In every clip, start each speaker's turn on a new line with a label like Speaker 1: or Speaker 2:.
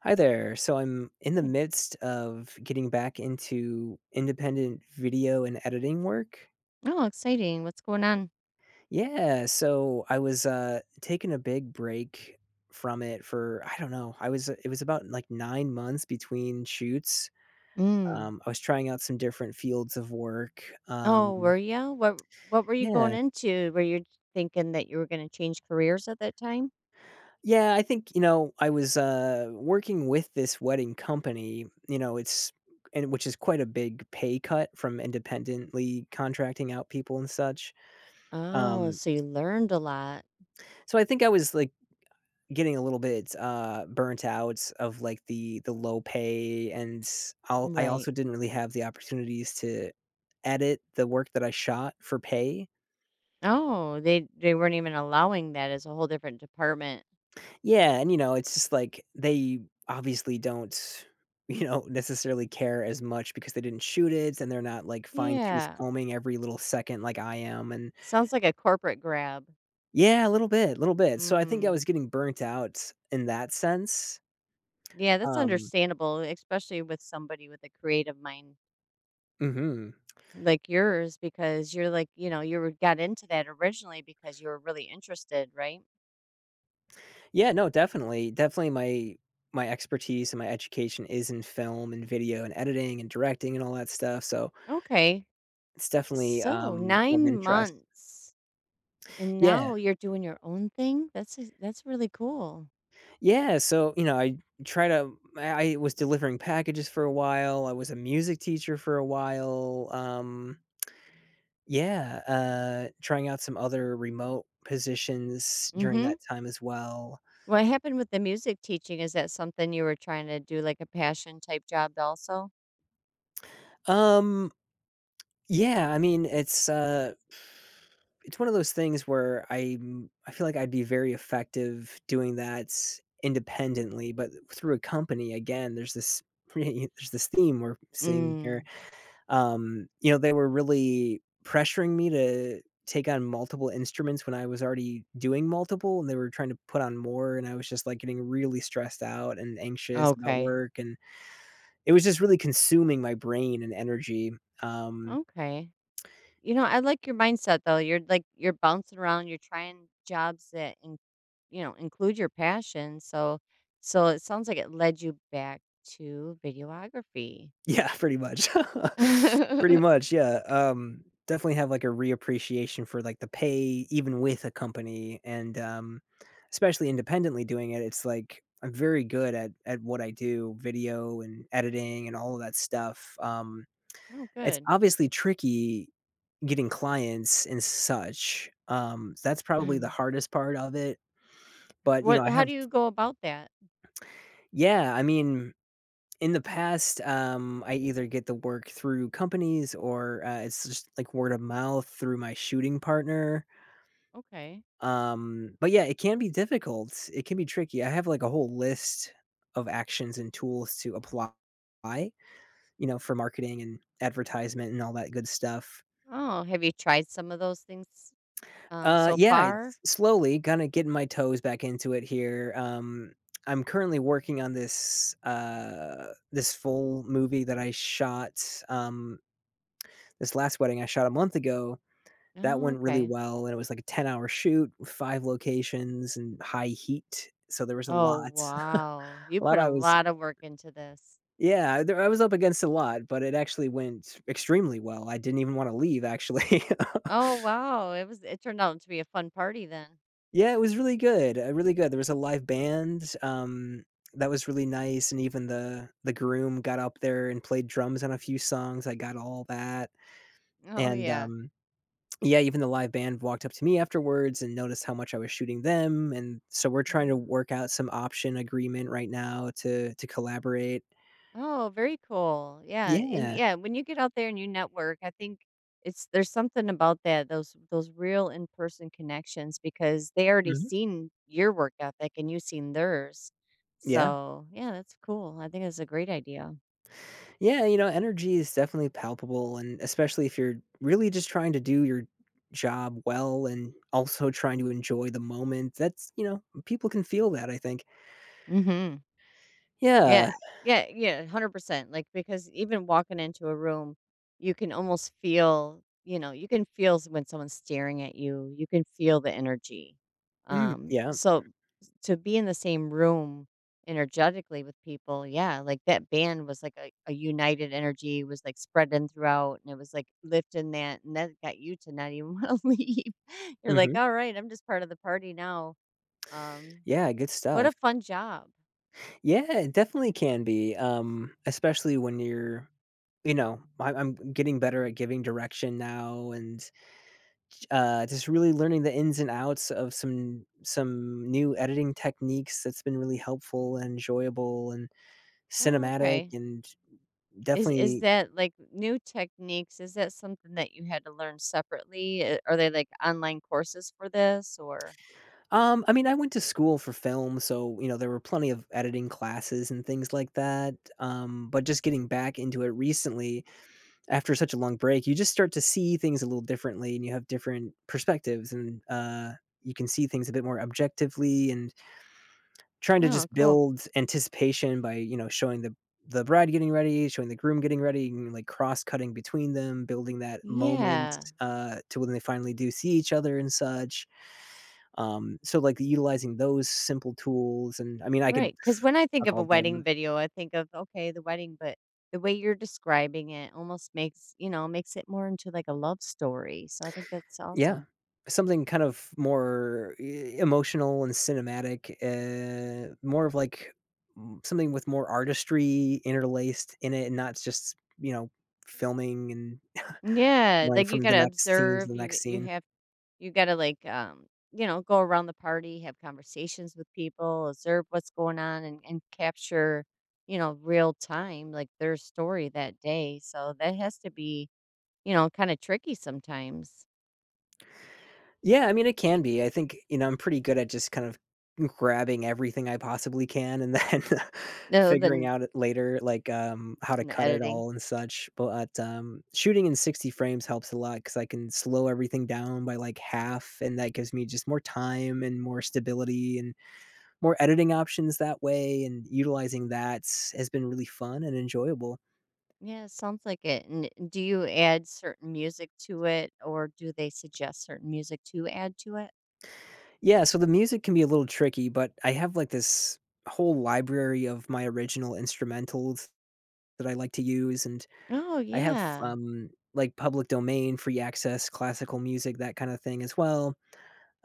Speaker 1: Hi there. So I'm in the
Speaker 2: Right.
Speaker 1: midst of getting back into independent video and editing work.
Speaker 2: Oh, exciting. What's going on?
Speaker 1: Yeah, so I was taking a big break from it for I don't know. I was It was about like 9 months between shoots.
Speaker 2: Mm.
Speaker 1: I was trying out some different fields of work.
Speaker 2: Oh,
Speaker 1: Um
Speaker 2: were you? What were you going
Speaker 1: yeah,
Speaker 2: into? Were you thinking that you were going to change careers at that time?
Speaker 1: yeah, I think, I was, working with this wedding company, you know, it's and which is quite a big pay cut from independently contracting out people and such.
Speaker 2: Oh,
Speaker 1: Um,
Speaker 2: so you learned a lot.
Speaker 1: so I think I was, like, getting a little bit, burnt out of, like, the low pay, and I
Speaker 2: Right.
Speaker 1: also didn't really have the opportunities to edit the work that I shot for pay.
Speaker 2: Oh, they weren't even allowing that as a whole different department.
Speaker 1: Yeah, and, it's just like they obviously don't, necessarily care as much because they didn't shoot it and they're not, like, fine-tooth
Speaker 2: Yeah.
Speaker 1: combing every little second like I am, and
Speaker 2: Sounds like a corporate grab.
Speaker 1: yeah, a little bit, a little bit. So I think I
Speaker 2: Mm.
Speaker 1: was getting burnt out in that sense.
Speaker 2: Yeah, that's
Speaker 1: Um
Speaker 2: understandable, especially with somebody with a creative mind
Speaker 1: Mhm.
Speaker 2: like yours because you're like, you got into that originally because you were really interested, right?
Speaker 1: Yeah, no, definitely. Definitely my expertise and my education is in film and video and editing and directing and all that stuff, so
Speaker 2: Okay.
Speaker 1: it's definitely,
Speaker 2: So,
Speaker 1: of
Speaker 2: 9
Speaker 1: interest.
Speaker 2: months, and
Speaker 1: Yeah.
Speaker 2: now you're doing your own thing? That's a that's really cool.
Speaker 1: Yeah, so, I try to I was delivering packages for a while, I was a music teacher for a while, yeah, trying out some other remote positions during
Speaker 2: Mhm.
Speaker 1: that time as well.
Speaker 2: What happened with the music teaching? Is that something you were trying to do, like, a passion type job also?
Speaker 1: Um, yeah, I mean, it's one of those things where I feel like I'd be very effective doing that independently, but through a company, again, there's this there's this theme we're seeing here.
Speaker 2: Mm.
Speaker 1: They were really pressuring me to take on multiple instruments when I was already doing multiple, and they were trying to put on more, and I was just, like, getting really stressed out and anxious about
Speaker 2: Okay.
Speaker 1: work, and it was just really consuming my brain and energy. Um,
Speaker 2: Okay. I like your mindset, though. You're, you're bouncing around, you're trying jobs that in include your passion, so it sounds like it led you back to videography.
Speaker 1: Yeah, pretty much. Pretty much, yeah, definitely have, like, a reappreciation for, like, the pay even with a company and, especially independently doing it, it's like I'm very good at what I do, video and editing and all of that stuff.
Speaker 2: Oh,
Speaker 1: It's
Speaker 2: good.
Speaker 1: obviously tricky getting clients and such, that's probably the
Speaker 2: Um.
Speaker 1: hardest part of it, but,
Speaker 2: What
Speaker 1: I
Speaker 2: how
Speaker 1: have.
Speaker 2: do you go about that?
Speaker 1: Yeah, I mean, in the past, I either get the work through companies or, it's just like word of mouth through my shooting partner,
Speaker 2: Okay.
Speaker 1: but yeah, it can be difficult, it can be tricky. I have, like, a whole list of actions and tools to apply, you for marketing and advertisement and all that good stuff.
Speaker 2: Oh, have you tried some of those things, so
Speaker 1: Yeah,
Speaker 2: far?
Speaker 1: it's slowly kinda getting my toes back into it here. I'm currently working on this full movie that I shot. um This last wedding I shot a month ago, that
Speaker 2: Oh,
Speaker 1: went really
Speaker 2: okay.
Speaker 1: well, and it was like a 10-hour shoot with 5 locations and high heat, so there was a
Speaker 2: Oh,
Speaker 1: lot.
Speaker 2: wow. You
Speaker 1: A lot
Speaker 2: put a
Speaker 1: I was
Speaker 2: lot of work into this.
Speaker 1: Yeah, there I was up against a lot, but it actually went extremely well. I didn't even wanna leave, actually.
Speaker 2: Oh, wow. It turned out to be a fun party then.
Speaker 1: Yeah, it was really good, really good. There was a live band, that was really nice, and even the groom got up there and played drums on a few songs, I got all that,
Speaker 2: Oh,
Speaker 1: and,
Speaker 2: yeah.
Speaker 1: yeah, even the live band walked up to me afterwards and noticed how much I was shooting them, and so we're trying to
Speaker 2: Ah.
Speaker 1: work out some option agreement right now to collaborate.
Speaker 2: Oh, very cool. Yeah. And
Speaker 1: Yeah.
Speaker 2: yeah, when you get out there and you network, I think it's there's something about that, those real in-person connections because they already
Speaker 1: Mhm.
Speaker 2: seen your work ethic and you've seen theirs.
Speaker 1: Yeah.
Speaker 2: So yeah, that's cool. I think that's a great idea.
Speaker 1: Yeah, energy is definitely palpable, and especially if you're really just trying to do your job well and also trying to enjoy the moment, people can feel that, I think.
Speaker 2: Hmm.
Speaker 1: Yeah.
Speaker 2: Yeah, yeah, yeah, 100%. Like, because even walking into a room, you can almost feel, you can feel when someone's staring at you, you can feel the energy.
Speaker 1: Mm,
Speaker 2: Um,
Speaker 1: yeah.
Speaker 2: so to be in the same room energetically with people, yeah, like that band was like a united energy was like spreading throughout and it was like lifting that and that got you to not even want to leave. You're like,
Speaker 1: Mhm.
Speaker 2: all right, I'm just part of the party now. Um,
Speaker 1: Yeah, good
Speaker 2: what a
Speaker 1: stuff.
Speaker 2: fun job.
Speaker 1: Yeah, it definitely can be, especially when I'm getting better at giving direction now and, just really learning the ins and outs of some new editing techniques that's been really helpful and enjoyable and
Speaker 2: Oh,
Speaker 1: cinematic
Speaker 2: okay.
Speaker 1: and
Speaker 2: Is
Speaker 1: definitely.
Speaker 2: that, like, new techniques? Is that something that you had to learn separately? Are they, like, online courses for this or
Speaker 1: I mean, I went to school for film, so, you know, there were plenty of editing classes and things like that, but just getting back into it recently after such a long break, you just start to see things a little differently and you have different perspectives and you can see things a bit more objectively and trying to
Speaker 2: oh,
Speaker 1: just
Speaker 2: cool.
Speaker 1: build anticipation by, showing the bride getting ready, showing the groom getting ready, and like cross cutting between them, building that moment
Speaker 2: Yeah,
Speaker 1: to when they finally do see each other and such. So like utilizing those simple tools, and I mean, I could
Speaker 2: right. Because when I think
Speaker 1: talk
Speaker 2: of a
Speaker 1: all day.
Speaker 2: wedding video, I think of, okay, the wedding, but the way you're describing it almost makes makes it more into, like, a love story, so I think that's
Speaker 1: Yeah.
Speaker 2: awesome.
Speaker 1: Something kind of more e emotional and cinematic, more of like m something with more artistry interlaced in it and not just, filming and
Speaker 2: Yeah,
Speaker 1: going
Speaker 2: like, you
Speaker 1: from the
Speaker 2: gotta
Speaker 1: next scene to the
Speaker 2: observe,
Speaker 1: next scene.
Speaker 2: you gotta, like, go around the party, have conversations with people, observe what's going on, and capture, real time, like, their story that day, so that has to be, kinda tricky sometimes.
Speaker 1: Yeah, I mean, it can be. I think, I'm pretty good at just kind of grabbing everything I possibly can and then
Speaker 2: No,
Speaker 1: figuring
Speaker 2: then
Speaker 1: out it later, like, how to
Speaker 2: in the
Speaker 1: cut it
Speaker 2: editing.
Speaker 1: all and such. But, shooting in 60 frames helps a lot because I can slow everything down by like half, and that gives me just more time and more stability and more editing options that way. And utilizing that has been really fun and enjoyable.
Speaker 2: Yeah, it sounds like it, and do you add certain music to it, or do they suggest certain music to add to it?
Speaker 1: Yeah, so the music can be a little tricky, but I have like this whole library of my original instrumentals that I like to use, and
Speaker 2: Oh,
Speaker 1: I have,
Speaker 2: yeah.
Speaker 1: like, public domain, free access, classical music, that kinda thing as well.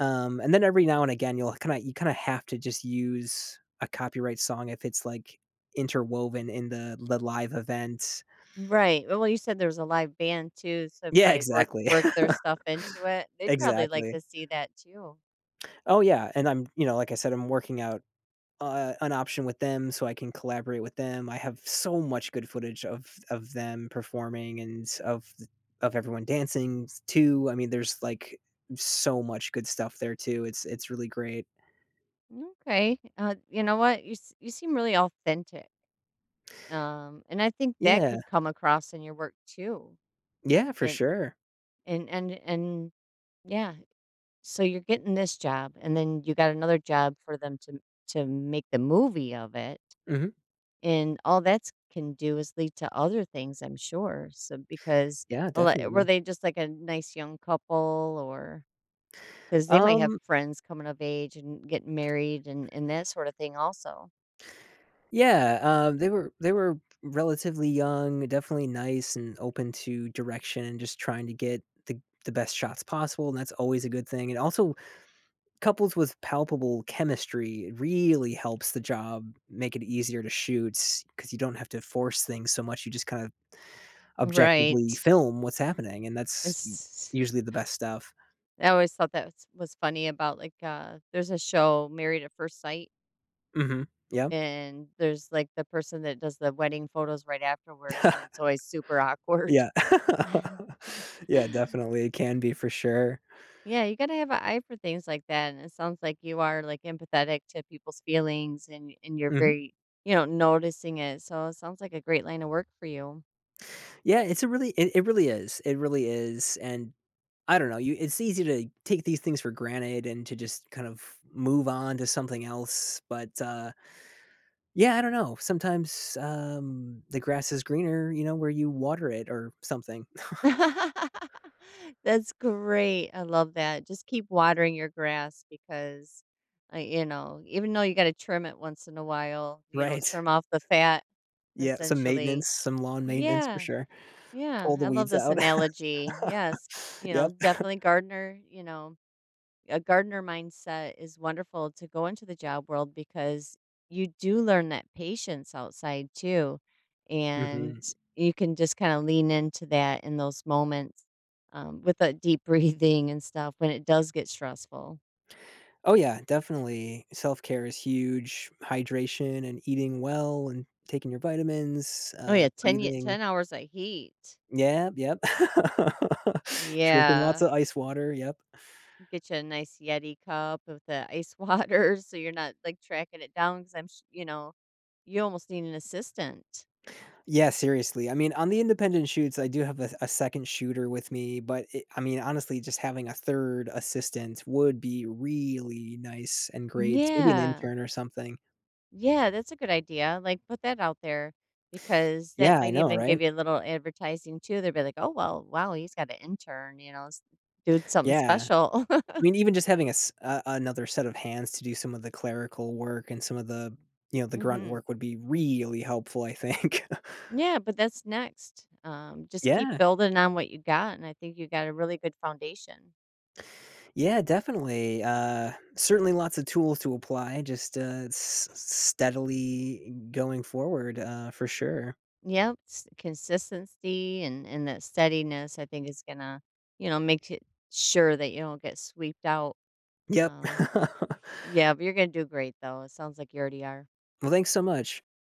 Speaker 1: And then every now and again, you kinda have to just use a copyright song if it's, like, interwoven in the live event.
Speaker 2: Right, well, you said there was a live band too, so
Speaker 1: Yeah,
Speaker 2: probably work
Speaker 1: exactly.
Speaker 2: work their stuff into it. They'd probably like
Speaker 1: Exactly.
Speaker 2: to see that too.
Speaker 1: Oh, yeah, and like I said, I'm working out an option with them so I can collaborate with them. I have so much good footage of them performing and of everyone dancing too. I mean, there's like so much good stuff there too. It's really great.
Speaker 2: Okay, you know what? You s you seem really authentic, and I think that
Speaker 1: Yeah.
Speaker 2: could come across in your work too,
Speaker 1: Yeah, for
Speaker 2: and
Speaker 1: sure.
Speaker 2: and yeah, so you're getting this job, and then you got another job for them to make the movie of it.
Speaker 1: Hmm.
Speaker 2: And all that's can do is lead to other things, I'm sure. So because
Speaker 1: Yeah,
Speaker 2: a lot were
Speaker 1: definitely.
Speaker 2: they just like a nice young couple, or because they might have
Speaker 1: Um,
Speaker 2: friends coming of age and getting married and that sort of thing also.
Speaker 1: yeah, they were relatively young, definitely nice and open to direction and just trying to get the best shots possible, and that's always a good thing. And also, couples with palpable chemistry, it really helps the job make it easier to shoot because you don't have to force things so much, you just kind of objectively
Speaker 2: Right.
Speaker 1: film what's happening, and that's
Speaker 2: It's
Speaker 1: usually the best stuff.
Speaker 2: I always thought that was funny about, like, there's a show, Married at First Sight,
Speaker 1: Mhm. Yep.
Speaker 2: and there's, like, the person that does the wedding photos right afterwards, and it's always super awkward.
Speaker 1: Yeah. Yeah, definitely, it can be for sure.
Speaker 2: Yeah, you gotta have an eye for things like that, and it sounds like you are, like, empathetic to people's feelings and you're
Speaker 1: Mhm.
Speaker 2: very, noticing it, so it sounds like a great line of work for you.
Speaker 1: Yeah, it really is, it really is, and I don't know, you it's easy to take these things for granted and to just kind of move on to something else, but, yeah, I don't know. Sometimes, the grass is greener, where you water it or something.
Speaker 2: That's great, I love that. Just keep watering your grass because, even though you gotta trim it once in a while,
Speaker 1: Right.
Speaker 2: trim off the fat,
Speaker 1: Yeah, some
Speaker 2: essentially.
Speaker 1: maintenance, some lawn maintenance for
Speaker 2: Yeah,
Speaker 1: sure.
Speaker 2: yeah,
Speaker 1: Pull the
Speaker 2: I love
Speaker 1: weeds
Speaker 2: this
Speaker 1: out.
Speaker 2: analogy, yes, you know,
Speaker 1: Yep.
Speaker 2: definitely gardener, you know a gardener mindset is wonderful to go into the job world because you do learn that patience outside too. And
Speaker 1: Mhm.
Speaker 2: you can just kind of lean into that in those moments with that deep breathing and stuff when it does get stressful.
Speaker 1: Oh, yeah, definitely. Self-care is huge. Hydration and eating well and taking your vitamins,
Speaker 2: Oh, yeah.
Speaker 1: breathing.
Speaker 2: 10 hours of heat.
Speaker 1: Yeah. Yep. Drinking lots
Speaker 2: Yeah.
Speaker 1: of ice water, yep.
Speaker 2: Get you a nice Yeti cup with the ice water so you're not like tracking it down because you almost need an assistant.
Speaker 1: Yeah, seriously. I mean, on the independent shoots, I do have a second shooter with me, but I mean, honestly, just having a third assistant would be really nice and great. Maybe an
Speaker 2: Yeah.
Speaker 1: intern or something.
Speaker 2: Yeah, that's a good idea. Like, put that out there because that
Speaker 1: Yeah, I
Speaker 2: might
Speaker 1: know,
Speaker 2: even
Speaker 1: right?
Speaker 2: give you a little advertising too. They'll be like, "Oh well, wow, he's got an intern. You know, doing something
Speaker 1: Yeah.
Speaker 2: special."
Speaker 1: I mean, even just having another set of hands to do some of the clerical work and some of the, the grunt
Speaker 2: Hmm.
Speaker 1: work would be really helpful, I think.
Speaker 2: Yeah, but that's next. Just keep
Speaker 1: yeah.
Speaker 2: building on what you got, and I think you got a really good foundation.
Speaker 1: Yeah, definitely. Certainly lots of tools to apply just steadily going forward for sure.
Speaker 2: Yep, consistency and that steadiness, I think, is gonna make it sure that you don't get swept out.
Speaker 1: Yep.
Speaker 2: Um, yeah, but you're gonna do great though. It sounds like you already are.
Speaker 1: Well, thanks so much.